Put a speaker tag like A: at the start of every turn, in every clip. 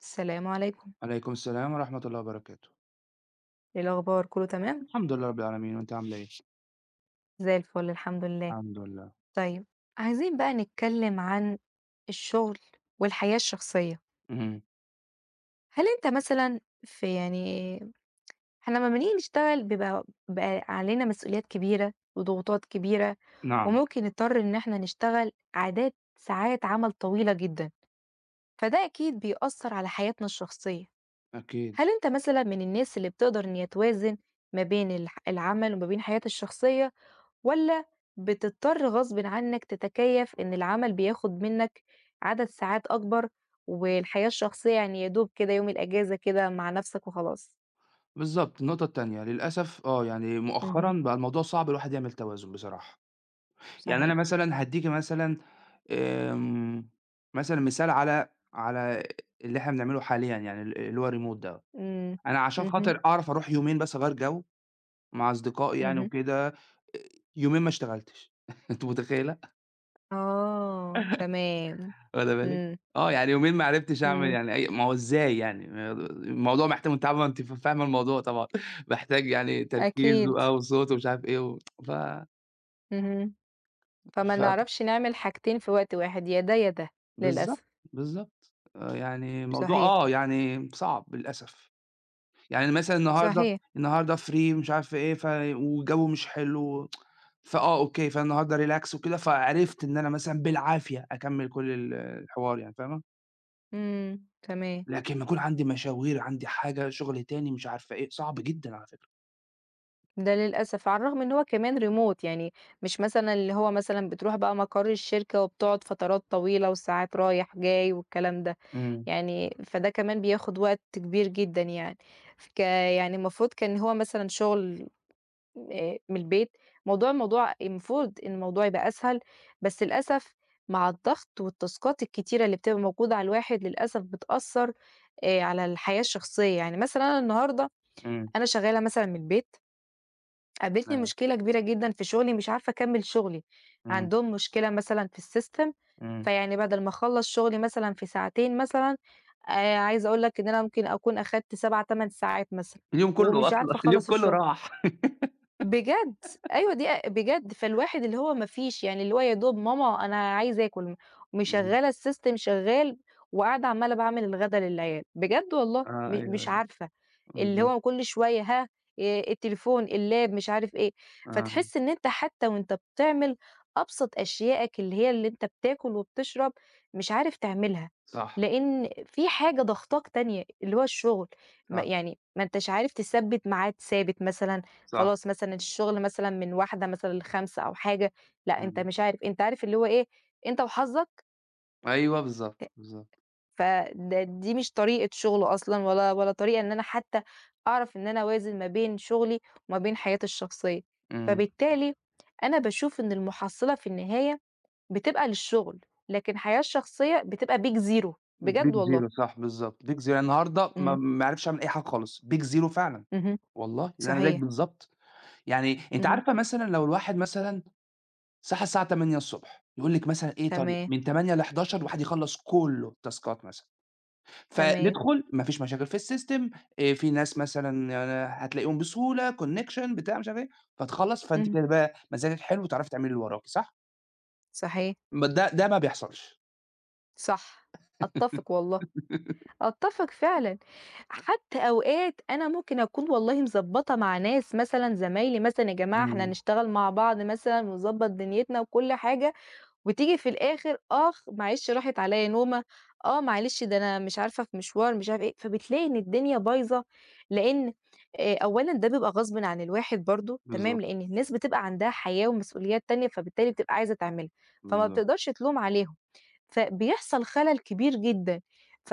A: السلام عليكم،
B: عليكم السلام ورحمة الله وبركاته.
A: إيه الأخبار كله تمام؟
B: الحمد لله رب العالمين، وأنتِ عاملة إيه؟
A: زي الفل الحمد لله.
B: الحمد لله.
A: طيب، عايزين بقى نتكلم عن الشغل والحياة الشخصية.
B: اهم.
A: هل أنت مثلًا في يعني إحنا لمّا بنيجي نشتغل بيبقى بقى علينا مسؤوليات كبيرة وضغوطات كبيرة،
B: نعم،
A: وممكن نضطر إن إحنا نشتغل عداد ساعات عمل طويلة جدًا، فده أكيد بيأثّر على حياتنا الشخصية.
B: أكيد.
A: هل أنت مثلًا من الناس اللي بتقدر إن هي توازن ما بين العمل وما بين حياتها الشخصية؟ والّا بتضطر غصبٍ عنك تتكيّف إن العمل بياخد منّك عدد ساعات أكبر، والحياة الشخصية يعني يا دوب كده يوم الأجازة كده مع نَفْسك وخلاص؟
B: بالضبط، النقطة التانية للأسف آه، يعني
A: اهم،
B: مؤخرًا بقى الموضوع صعب الواحد يعمل توازن بصراحة. يعني أنا
A: صحيح،
B: مثلًا هادّيكِ مثلًا آمم، مثلًا مثال على اللي إحنا بنعمله حاليًا يعني اللي هو الremote دوّة.
A: إمم،
B: أنا عشان
A: اهم،
B: خاطر أعرف أروح يومين بس أغيّر جو مع أصدقائي يعني
A: اهم،
B: وكده، يومين ما اشتغلتش أنتِ متخيّلة؟
A: آه، تمام،
B: واخدة بالِك؟
A: إمم،
B: آه، يعني يومين ما عرفتش أعمل
A: إمم،
B: يعني أي ما هو إزاي يعني؟ ما الموضوع محتاج وأنتِ عارفة أنتِ فاهمة الموضوع طبعًا، محتاج يعني تركيز
A: أكيد،
B: وآه وصوت ومش عارف إيه و ف
A: اهم، فما
B: ف
A: نعرفش نعمل حاجتين في وقت واحد، يا ده، يا ده،
B: بالضبط،
A: للأسف،
B: بالضبط. يعني الموضوع
A: صحيح،
B: آه، يعني صعب للأسف. يعني مثلًا النهارده
A: صحيح،
B: النهارده free مش عارفة إيه، والجو مش حلو فآه أوكي، فالنهارده relax وكده، فعرفت إن أنا مثلًا بالعافية أكمّل كل الحوار يعني فاهمة؟
A: إمم، تمام.
B: لكن أمّا أكون عندي مشاوير، عندي حاجة، شغل تاني، مش عارفة إيه، صعب جدًا على فكرة.
A: ده للأسف، على الرغم إن هو كمان remote يعني مش مثلًا اللي هو مثلًا بتروح بقى مقر الشركة وبتقعد فترات طويلة وساعات رايح جاي والكلام ده،
B: إمم،
A: يعني فده كمان بياخد وقت كبير جدًا يعني، يعني المفروض كان هو مثلًا شغل من البيت، الموضوع المفروض إن الموضوع يبقى أسهل، بس للأسف مع الضغط والتاسكات الكتيرة اللي بتبقى موجودة على الواحد للأسف بتأثّر على الحياة الشخصية، يعني مثلًا أنا النهارده
B: إمم،
A: أنا شغالة مثلًا من البيت قابلتني
B: أيوه،
A: مشكلة كبيرة جدًا في شغلي، مش عارفة أكمّل شغلي،
B: إمم،
A: عندهم مشكلة مثلًا في السيستم،
B: إمم.
A: فيعني بدل ما أخلّص شغلي مثلًا في ساعتين مثلًا، عايزة أقول لك إن أنا ممكن أكون أخدت 7، 8 ساعات مثلًا،
B: اليوم كله
A: ومش
B: أصلًا،
A: عارفة
B: اليوم
A: أخلّص
B: كله
A: الشغل.
B: راح.
A: بجد! أيوه دي بجد، فالواحد اللي هو ما فيش يعني اللي هو يا دوب ماما أنا عايز آكل،
B: اهم.
A: مشغّلة السيستم شغال وقاعدة عمّالة باعمل الغدا للعيال، بجد والله
B: آه، أيوه،
A: مش
B: أيوه،
A: عارفة، اللي
B: بالضبط،
A: هو كل شوية ها التليفون، اللاب، مش عارف إيه،
B: آه،
A: فتحس إن أنت حتى وأنت بتعمل أبسط أشيائك اللي هي اللي أنت بتاكل وبتشرب مش عارف تعملها،
B: صح،
A: لإن في حاجة ضاغطاك تانية اللي هو الشغل، ما
B: صح،
A: يعني ما أنتاش عارف تثبّت ميعاد ثابت مثلًا
B: صح.
A: خلاص مثلًا الشغل مثلًا من 13:00 مثلًا ل17:00 أو حاجة، لأ أنت
B: إمم.
A: مش عارف أنت عارف اللي هو إيه، أنت وحظك
B: أيوه بالضبط، بالضبط.
A: دي مش طريقة شغل أصلًا ولا طريقة إن أنا حتى أعرف إن أنا أوازن ما بين شغلي وما بين حياتي الشخصية،
B: إمم.
A: فبالتالي أنا باشوف إن المحصلة في النهاية بتبقى للشغل، لكن الحياة الشخصية بتبقى big zero
B: big
A: بجد والله.
B: zero صح، بالضبط big zero النهارده ما
A: اهم،
B: ما عرفتش أعمل أي حاجة خالص big zero فعلًا،
A: اهم،
B: والله يعني أنا زيك
A: صحيح،
B: بالضبط. يعني أنتِ
A: اهم،
B: عارفة مثلًا لو الواحد مثلًا الصحة الساعة 8:00 ص، يقول لِك مثلًا إيه طيب،
A: تمام،
B: من 08:00 ل11:00 الواحد يخلّص كُلّه التاسكات مثلًا،
A: تمام،
B: فندخل ما فيش مشاكل في السيستم. في ناس مثلًا يعني هتلاقيهم بسهولة connection بتاع مش عارف إيه، فتخلّص فأنتِ
A: اهم،
B: كده بقى مزاجِك حلو وتعرفي تعملي اللي وراكِ صح؟
A: صحيح،
B: ما ده ما بيحصلش.
A: صح، أتّفق والله. أتّفق فعلًا، حتى أوقات أنا ممكن أكون والله مضبّطة مع ناس مثلًا زمايلي مثلًا يا جماعة إحنا
B: إمم،
A: هنشتغل مع بعض مثلًا ونضبّط دنيتنا وكل حاجة، وتيجي في الآخر آخ معلش راحت عليَّ نومة، آه معلش ده أنا مش عارفة في مشوار مش عارفة إيه، فبتلاقي إن الدنيا بايظة، لإن أولًا ده بيبقى غصبٍ عن الواحد برضه تمام،
B: بالضبط،
A: لإن الناس بتبقى عندها حياة ومسؤوليات تانية، فبالتالي بتبقى عايزة تعملها، فما
B: بالضبط،
A: بتقدرش تلوم عليهم. فبيحصل خلل كبير جدًا،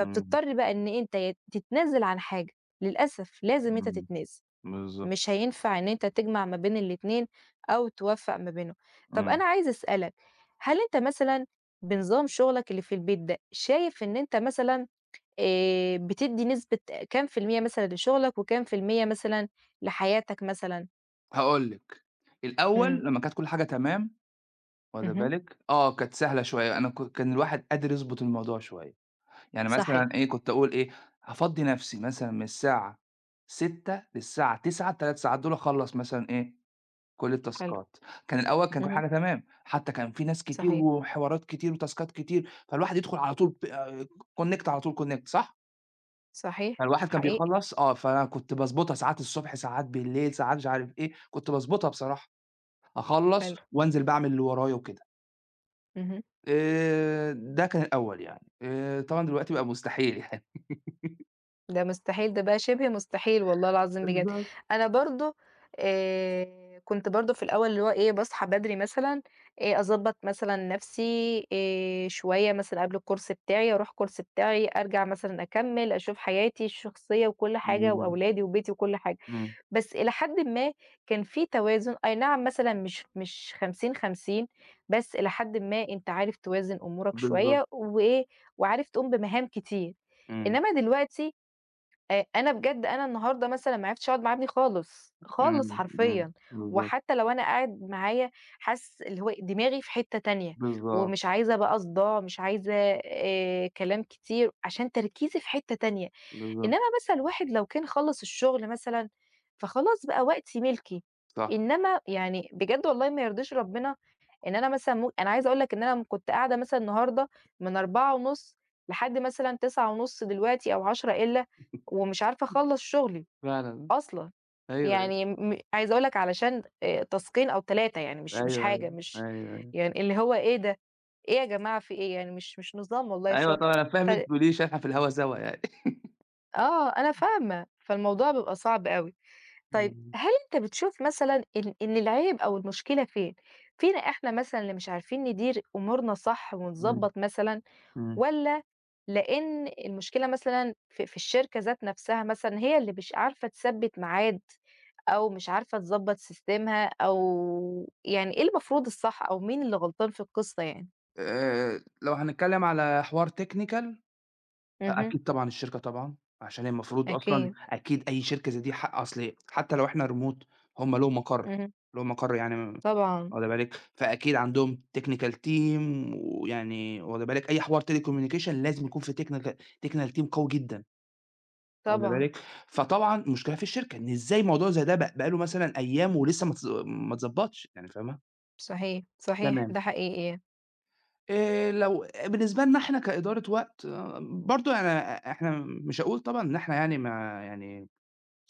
B: إمم،
A: بقى إن أنت يا تتنازل عن حاجة، للأسف لازم أنت
B: إمم،
A: تتنازل،
B: بالضبط،
A: مش هينفع إن أنت تجمع ما بين الاتنين أو توفّق ما بينهم. طب
B: إمم.
A: أنا عايزة أسألك، هل أنت مثلًا بنظام شغلك اللي في البيت ده، شايف إن أنت مثلًا بتدّي نسبة كام في المِيّة مثلًا لشغلك وكام في المِيّة مثلًا لحياتك مثلًا؟
B: هاقول لِك،
A: إمم،
B: الأول لمّا كانت كل حاجة تمام واخدة
A: اهم،
B: بالِك، آه، كانت سهلة شوية، أنا ك كان الواحد قادر يضبط الموضوع شوية. يعني
A: صحيح،
B: مثلًا إيه، كنت أقول إيه، هافضّي نفسي مثلًا من الساعة 18:00 للساعة 21:00 ال3 ساعات دول أخلّص مثلًا إيه، كل
A: حلو،
B: التاسكات. كان الأول كان كل
A: اهم،
B: حاجة تمام، حتى كان في ناس كتير
A: صحيح،
B: وحوارات كتير وتاسكات كتير، فالواحد يدخل على طول ب آه، connect على طول connect صح؟
A: صحيح،
B: فالواحد كان
A: حقيقي،
B: بيخلّص آه، فأنا كنت باضبطها ساعات الصبح، ساعات بالليل، ساعات مش عارف إيه، كنت باضبطها بصراحة، أخلّص
A: حلو،
B: وأنزل بقى أعمل اللي ورايا وكده.
A: اهم.
B: ده كان الأول يعني، طبعًا دلوقتي بقى مستحيل يعني.
A: ده مستحيل، ده بقى شِبه مستحيل والله العظيم بجد.
B: بالضبط.
A: أنا برضه كنت برضه في الأول اللي هو إيه، باصحى بدري مثلًا، أضبّط مثلًا نَفْسي شوية مثلًا قبل الcourse بتاعي، أروح الcourse بتاعي، أرجع مثلًا أكمّل، أشوف حياتي الشخصية وكل حاجة
B: إمم.
A: وأولادي وبيتي وكل حاجة.
B: إمم،
A: بس إلى حدٍ ما كان في توازن، أي نعم مثلًا مش 50، 50 بس إلى حدٍ ما أنت عارف توازن أمورك
B: بالضبط،
A: شوية وإيه، وعارف تقوم بمهام كتير.
B: إمم،
A: إنّما دلوقتي أنا بجد أنا النهارده مثلًا ما عرفتش أقعد مع ابني خالص، خالص
B: إمم، إمم،
A: حرفيًا،
B: بالضبط،
A: وحتى لو أنا قاعد معاه حاسس اللي هو إيه، دماغي في حتة تانية،
B: بالضبط،
A: ومش عايزة بقى صداع، مش عايزة كلام كتير عشان تركيزي في حتة تانية،
B: بالضبط،
A: إنما مثلًا الواحد لو كان خلّص الشغل مثلًا، فخلاص بقى وقتي ملكي،
B: صح،
A: إنما يعني بجد والله ما يرضيش ربنا إن أنا مثلًا أنا عايزة أقول لك إن أنا كنت قاعدة مثلًا النهارده من 16:30 لحد مثلًا 21:30 دلوقتي أو 22:00 إلا ومش عارفة أخلّص شغلي
B: فعلًا،
A: أصلًا،
B: أيوه، أيوه،
A: يعني عايزة أقول لك علشان تاسكين أو 3 يعني مش
B: أيوه، أيوه،
A: حاجة، مش
B: أيوه، أيوه،
A: يعني اللي هو إيه ده، إيه يا جماعة في إيه يعني مش نظام والله
B: أيوه
A: الشغل،
B: طبعًا أنا فاهم
A: ف
B: اللي أنتِ بتقوليه عشان إحنا في الهوا سوا يعني.
A: آه أنا فاهمة، فالموضوع بيبقى صعب أوي. طيب
B: إمم،
A: هل أنت بتشوف مثلًا إن العيب أو المشكلة فين؟ فينا إحنا مثلًا اللي مش عارفين ندير أمورنا صح
B: إمم،
A: ونضبّط مثلًا،
B: إمم،
A: والّا لإن المشكلة مثلًا في الشركة ذات نفسها مثلًا هي اللي مش عارفة تثبّت ميعاد؟ أو مش عارفة تضبّط سيستمها أو يعني إيه المفروض الصح أو مين اللي غلطان في القصة يعني؟
B: لو هنتكلم على حوار technical
A: اهم،
B: أكيد طبعًا الشركة طبعًا، عشان هي المفروض أصلًا
A: أكيد،
B: أكيد أي شركة زي دي حق أصل حتى لو إحنا remote هم لهم مقر،
A: اهم،
B: لهم مقر يعني
A: طبعًا،
B: واخد بالِك، فأكيد عندهم technical team ويعني واخد بالِك، أي حوار telecommunication لازم يكون في technical team قوي جدًا واخد
A: طبعًا،
B: بالِك، فطبعًا المشكلة في الشركة إن إزاي موضوع زي ده بقى له مثلًا أيام ولسه ما اتضبّطش يعني فاهمة؟
A: صحيح، صحيح،
B: تمام.
A: ده حقيقي،
B: لو بالنسبة لنا إحنا كإدارة وقت برضه أنا إحنا مش هاقول طبعًا إن إحنا يعني ما يعني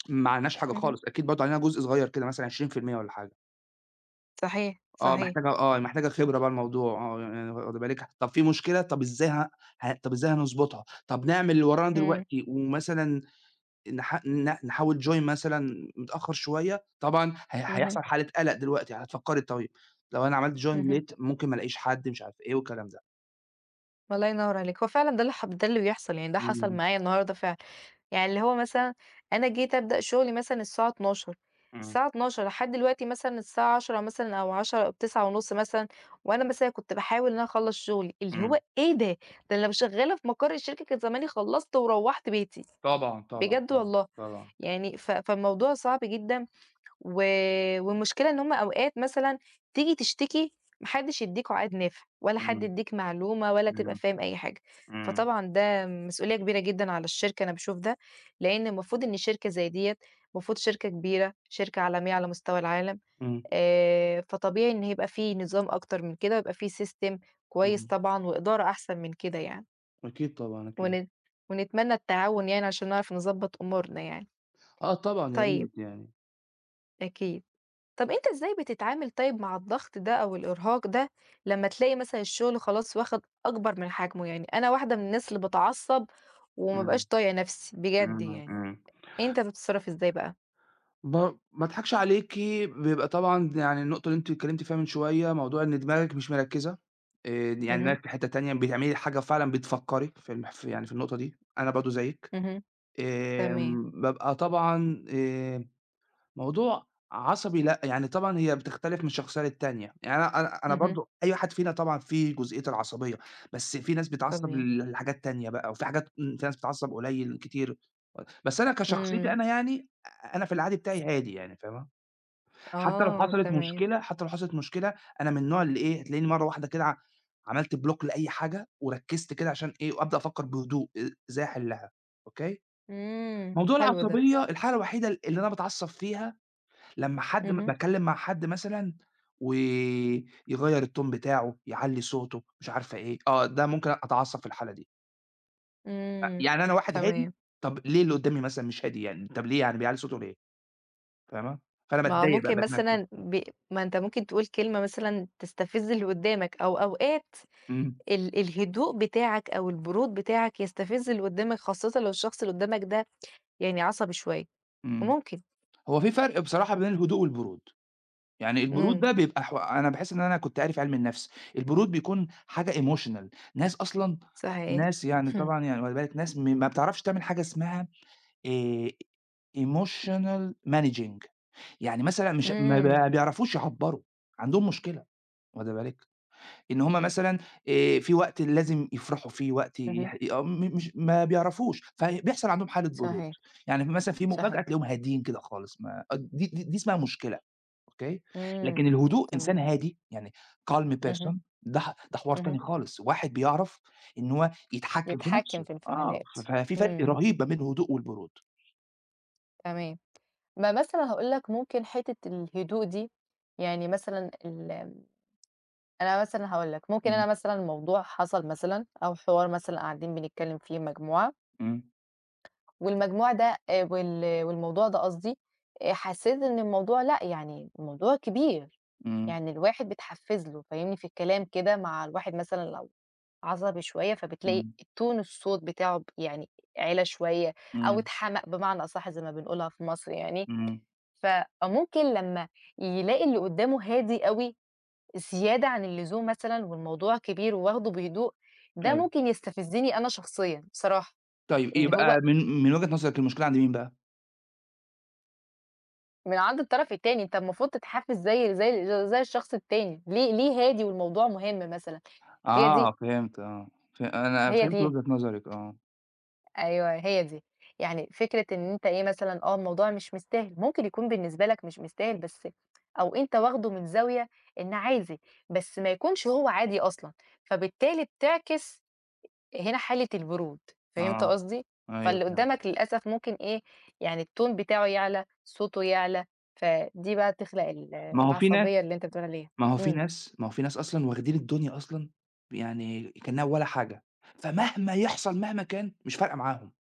B: ما عملناش حاجة
A: اهم،
B: خالص، أكيد برضه علينا جزء صغير كده مثلًا 20% والّا حاجة،
A: صحيح، صحيح،
B: آه محتاجة خبرة بقى الموضوع آه، يعني واخدة بالِك؟ طب في مشكلة، طب إزاي ه ه طب إزاي هنضبطها؟ طب نعمل اللي ورانا
A: إمم،
B: دلوقتي ومثلًا نح ن نحاول join مثلًا متأخر شوية، طبعًا
A: اهم،
B: هيحصل حالة قلق دلوقتي هتفكري طيب لو أنا عملت join
A: اهم،
B: late ممكن ما الاقيش حد مش عارف إيه والكلام ده.
A: الله ينور عليك، هو فعلًا ده اللي ده اللي بيحصل يعني ده حصل
B: إمم،
A: معايا النهارده فعلًا. يعني اللي هو مثلًا أنا جيت أبدأ شغلي مثلًا
B: إمم،
A: الساعة 12:00 لحد دلوقتي مثلًا الساعة 10:00 مثلًا أو 10:00 أو 9:30 مثلًا، وأنا مثلًا كنت باحاول إن أنا أخلّص شغلي، اللي
B: إمم.
A: هو إيه ده! ده أنا لو شغّالة في مقر الشركة كان زماني خلّصت وروّحت بيتي،
B: طبعًا، طبعًا،
A: بجد
B: طبعًا،
A: والله.
B: طبعًا.
A: يعني فالموضوع صعب جدًا و والمشكلة إن هُم أوقات مثلًا تيجي تشتكي ما حدّش يدّيك عقاد نافع، ولا حد
B: إمم،
A: يدّيك معلومة ولا تبقى
B: إمم،
A: فاهم أي حاجة،
B: إمم،
A: فطبعًا ده مسؤولية كبيرة جدًا على الشركة أنا باشوف ده، لإن المفروض إن شركة زي ديّة المفروض شركة كبيرة، شركة عالمية على مستوى العالم،
B: إمم،
A: فطبيعي إن هيبقى في نظام أكتر من كده، ويبقى في system كويس
B: إمم.
A: طبعًا وإدارة أحسن من كده يعني،
B: أكيد طبعًا،
A: ون
B: أكيد.
A: ونتمنى التعاون يعني عشان نعرف نضبّط أمورنا يعني،
B: آه طبعًا، يا
A: طيب
B: ريت يعني.
A: أكيد. طب أنت إزاي بتتعامل طيب مع الضغط ده أو الإرهاق ده لمّا تلاقي مثلًا الشغل خلاص واخد أكبر من حجمه؟ يعني أنا واحدة من الناس اللي باتعصب وما
B: إمم،
A: بابقاش طايقة نفسي بجد
B: إمم،
A: يعني،
B: إمم.
A: أنت بتتصرف إزاي بقى؟
B: ب ما اضحكش عليكِ، بيبقى طبعًا يعني النقطة اللي أنتِ اتكلمتِ فيها من شوية، موضوع إن دماغِك مش مركّزة، يعني
A: اهم،
B: دماغِك في حتّة تانية، بتعملي حاجة فعلًا بتفكّري في يعني في النقطة دي، أنا برضه زيِّك.
A: اهم، تمام،
B: بابقى طبعًا موضوع عصبي لأ، يعني طبعًا هي بتختلف من شخصية للتانية، يعني أنا
A: اهم،
B: برضه أي واحد فينا طبعًا فيه جزئية العصبية، بس في ناس بتتعصب
A: تمام،
B: لحاجات تانية بقى، وفي حاجات إمم، في ناس بتتعصب قليل، كتير، بس أنا كشخصيتي
A: إمم،
B: أنا يعني أنا في العادي بتاعي هادي يعني فاهمة،
A: آه تمام،
B: حتى لو حصلت مشكلة أنا من النوع اللي إيه، هتلاقيني مرّة واحدة كده عملت بلوك لأي حاجة، وركزت كده عشان إيه، وأبدأ أفكر بهدوء إزاي أحلها، أوكي،
A: إمم،
B: موضوع
A: حلو ده،
B: العصبية الحالة الوحيدة اللي أنا باتعصب فيها لمّا حد م
A: اهم،
B: باتكلّم مع حد مثلًا ويغيّر الtone بتاعه، يعلّي صوته، مش عارفة إيه، آه، ده ممكن أتعصّب في الحالة دي.
A: إمم،
B: يعني أنا واحد هادي،
A: تمام،
B: طَب ليه اللي قدّامي مثلًا مش هادي يعني، طَب ليه يعني بيعلّي صوته ليه، فاهمة؟ فأنا
A: ما هو
B: باتضايق بقى،
A: ممكن مثلًا
B: باتنرفز.
A: ما أنت ممكن تقول كلمة مثلًا تستفز اللي قدامك أو أوقات
B: إمم،
A: الهدوء بتاعك أو البرود بتاعك يستفز اللي قدّامك، خاصةً لو الشخص اللي قدّامك ده يعني عصبي شوية،
B: إمم.
A: ممكن،
B: هو في فرق بصراحة بين الهدوء والبرود. يعني البرود
A: إمم،
B: ده بيبقى أنا باحس إن أنا كنت قاري في علم النفس، البرود بيكون حاجة emotional، ناس أصلًا
A: صحيح.
B: ناس يعني طبعًا يعني واخدة بالِك، ناس ما بتعرفش تعمل حاجة اسمها آآ emotional managing يعني مثلًا مش ما
A: إمم،
B: بقى بيعرفوش يعبّروا، عندهم مشكلة واخدة بالِك، إن هُم مثلًا في وقت لازم يفرحوا فيه، وقت
A: اهم،
B: يح آه م مش ما بيعرفوش، فبيحصل عندهم حالة برود،
A: صحيح،
B: يعني مثلًا في مفاجأة
A: صحيح،
B: تلاقيهم هاديين كده خالص ما آه، دي اسمها مشكلة، أوكي،
A: إمم،
B: لكن الهدوء إنسان
A: تمام،
B: هادي يعني calm
A: اهم،
B: person ده حوار
A: اهم،
B: تاني خالص، واحد بيعرف إن هو يتحكم في
A: يتحكم
B: نفسه،
A: في
B: آه،
A: انفعالات،
B: ف ففي فرق
A: إمم،
B: رهيب ما بين الهدوء والبرود.
A: تمام. ما مثلًا هاقول لك ممكن حتّة الهدوء دي، يعني مثلًا أنا مثلًا هاقول لك، ممكن أنا
B: إمم،
A: مثلًا موضوع حصل مثلًا أو حوار مثلًا قاعدين بنتكلم فيه مجموعة
B: إمم،
A: والمجموع ده والموضوع ده قصدي، حسّيت إن الموضوع لأ، يعني الموضوع كبير،
B: إمم،
A: يعني الواحد بتحفّز له فاهمني، في الكلام كده مع الواحد مثلًا لو عصبي شوية، فبتلاقي
B: إمم،
A: الtone الصوت بتاعه يعني عِلى شوية أو
B: إمم،
A: اتحمق بمعنى أصح زي ما بنقولها في مصر يعني،
B: إمم،
A: ف ممكن لمّا يلاقي اللي قدّامه هادي أوي زيادة عن اللزوم مثلًا والموضوع كبير وواخده بهدوء، ده
B: أيوه.
A: ممكن يستفزني أنا شخصيًا بصراحة،
B: طيب
A: اللي هو
B: يبقى من وجهة نظرِك المشكلة عند مين بقى؟
A: من عند الطرف التاني، أنت المفروض تتحفز زي الشخص التاني، ليه هادي والموضوع مهم مثلًا، هي دي
B: آه فهمت آه، أنا
A: هي
B: فهمت
A: دي،
B: وجهة نظرِك آه،
A: أيوه هي دي، يعني فكرة إن أنت إيه مثلًا آه، الموضوع مش مستاهل، ممكن يكون بالنسبة لك مش مستاهل بس أو أنت واخده من زاوية إن عادي، بس ما يكونش هو عادي أصلًا، فبالتالي بتعكس هنا حالة البرود، فهمت
B: آه،
A: قصدي؟
B: أيوه
A: فاللي
B: فهمت.
A: قدّامك للأسف ممكن إيه، يعني الtone بتاعه يعلى، صوته يعلى، فدي بقى تخلق
B: ما هو في
A: العصبية
B: ناس
A: اللي أنت بتقول عليها. إمم،
B: ما هو في ناس أصلًا واخدين الدنيا أصلًا يعني كأنها ولا حاجة، فمهما يحصل مهما كان مش فارقة معاهم،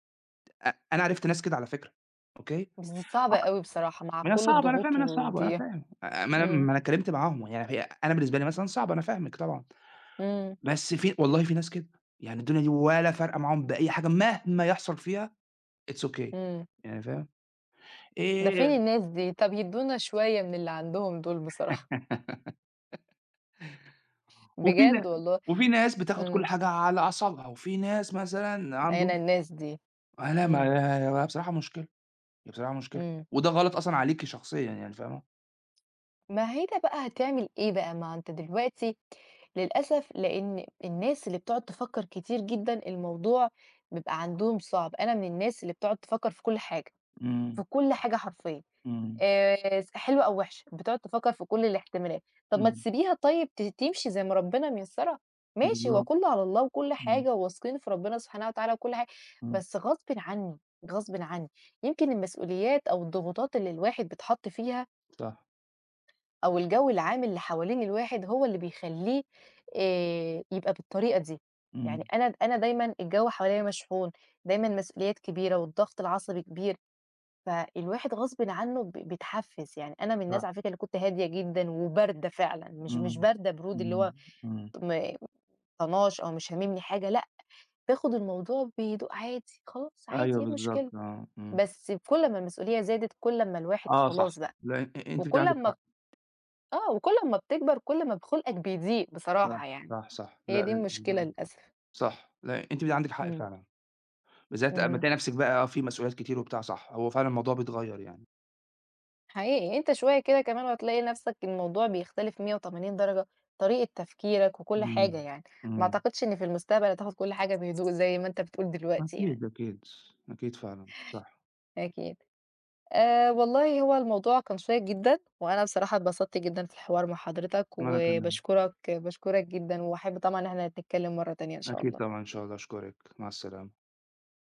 B: أنا عرفت ناس كده على فكرة، أوكي،
A: بس دي صعبة
B: أك
A: أوي بصراحة مع
B: ما هي
A: كل
B: صعبة أنا فاهم
A: الضغوط
B: إنها صعبة أنا
A: ودي
B: فاهم، أ ما أنا
A: إمم،
B: ما أنا اتكلمت معاهم يعني هي أنا بالنسبة لي مثلًا صعبة أنا فاهمِك طبعًا.
A: إمم،
B: بس في والله في ناس كده، يعني الدنيا دي ولا فارقة معاهم بأي حاجة مهما يحصل فيها it's okay
A: إمم،
B: يعني فاهم،
A: ده فين
B: آآ
A: الناس دي؟ طَب يدّونا شوية من اللي عندهم دول بصراحة،
B: وفي
A: بجد
B: نا
A: والله،
B: وفي ناس بتاخد كل
A: إمم،
B: حاجة على أعصابها، وفي ناس مثلًا
A: أنا
B: عندهم
A: الناس دي،
B: آه لا
A: إمم،
B: ما هي بصراحة مشكلة، هي بصراحة مشكلة،
A: إمم.
B: وده غلط أصلًا عليكِ شخصيًا يعني فاهمة،
A: ما هي ده بقى هتعمل إيه بقى؟ ما أنت دلوقتي للأسف لإن الناس اللي بتقعد تفكّر كتير جدًا الموضوع بيبقى عندهم صعب، أنا من الناس اللي بتقعد تفكّر في كل حاجة،
B: إمم،
A: في كل حاجة حرفيًا
B: إمم،
A: س حلوة أو وِحشة، بتقعد تفكّر في كل الاحتمالات، طب ما
B: إمم،
A: تسيبيها طيب تمشي زي ما ربنا ميسّرها، ماشي هو
B: بالضبط،
A: كُلّه على الله وكل
B: إمم،
A: حاجة وواثقين في ربنا سبحانه وتعالى وكل حاجة،
B: إمم،
A: بس غصبٍ عنّي، غصبٍ عنّي، يمكن المسؤوليات أو الضغوطات اللي الواحد بيتحَط فيها
B: صح،
A: أو الجو العام اللي حوالين الواحد هو اللي بيخلّيه يبقى بالطريقة دي. يعني
B: إمم،
A: أنا دايمًا الجو حواليّا مشحون، دايمًا مسؤوليات كبيرة والضغط العصبي كبير، فالواحد غصبٍ عنّه بيتحفّز. يعني أنا من الناس
B: صح،
A: على فكرة اللي كنت هادية جدًا وباردة فعلًا، مش
B: إمم،
A: باردة برود اللي
B: إمم،
A: هو
B: إمم،
A: م طناش أو مش هاممني حاجة لأ، باخُد الموضوع بهدوء عادي، خلاص عادي
B: أيوه
A: إيه المشكلة؟
B: بالضبط، آه، إمم،
A: بس كل ما المسؤولية زادت، كل أمّا الواحد
B: آه
A: خلاص
B: صح،
A: بقى
B: لأ أنتِ في
A: وكل
B: عندِك
A: أمّا
B: حق.
A: وكل أمّا بتكبر كل ما خُلقك بيضيق
B: صح،
A: بصراحة يعني،
B: صح، صح.
A: هي دي
B: لأ
A: المشكلة للأسف.
B: صح، لأ أنتِ عندِك حق
A: إمم،
B: فعلًا، بالذات لمّا
A: اهم،
B: تلاقي نفسِك بقى آه، في مسؤوليات كتير وبتاع صح، هو فعلًا الموضوع بيتغيّر يعني.
A: حقيقي أنت شوية كده كمان وهتلاقي نَفْسك الموضوع بيختلف 180 درجة، طريقة تفكيرك وكل حاجة
B: إمم،
A: يعني، ما
B: إمم.
A: أعتقدش إن في المستقبل هتاخد كل حاجة بهدوء زي ما أنت بتقول دلوقتي يعني،
B: أكيد، أكيد، أكيد فعلًا، صح.
A: أكيد. والله هو الموضوع كان شيّق جدًا، وأنا بصراحة اتبسطت جدًا في الحوار مع حضرتك،
B: وأنا كمان،
A: وباشكرك، باشكرك جدًا، وأحب طبعًا إن إحنا نتكلم مرّة تانية إن شاء
B: أكيد
A: الله.
B: طبعًا إن شاء الله، أشكرِك، مع السلامة.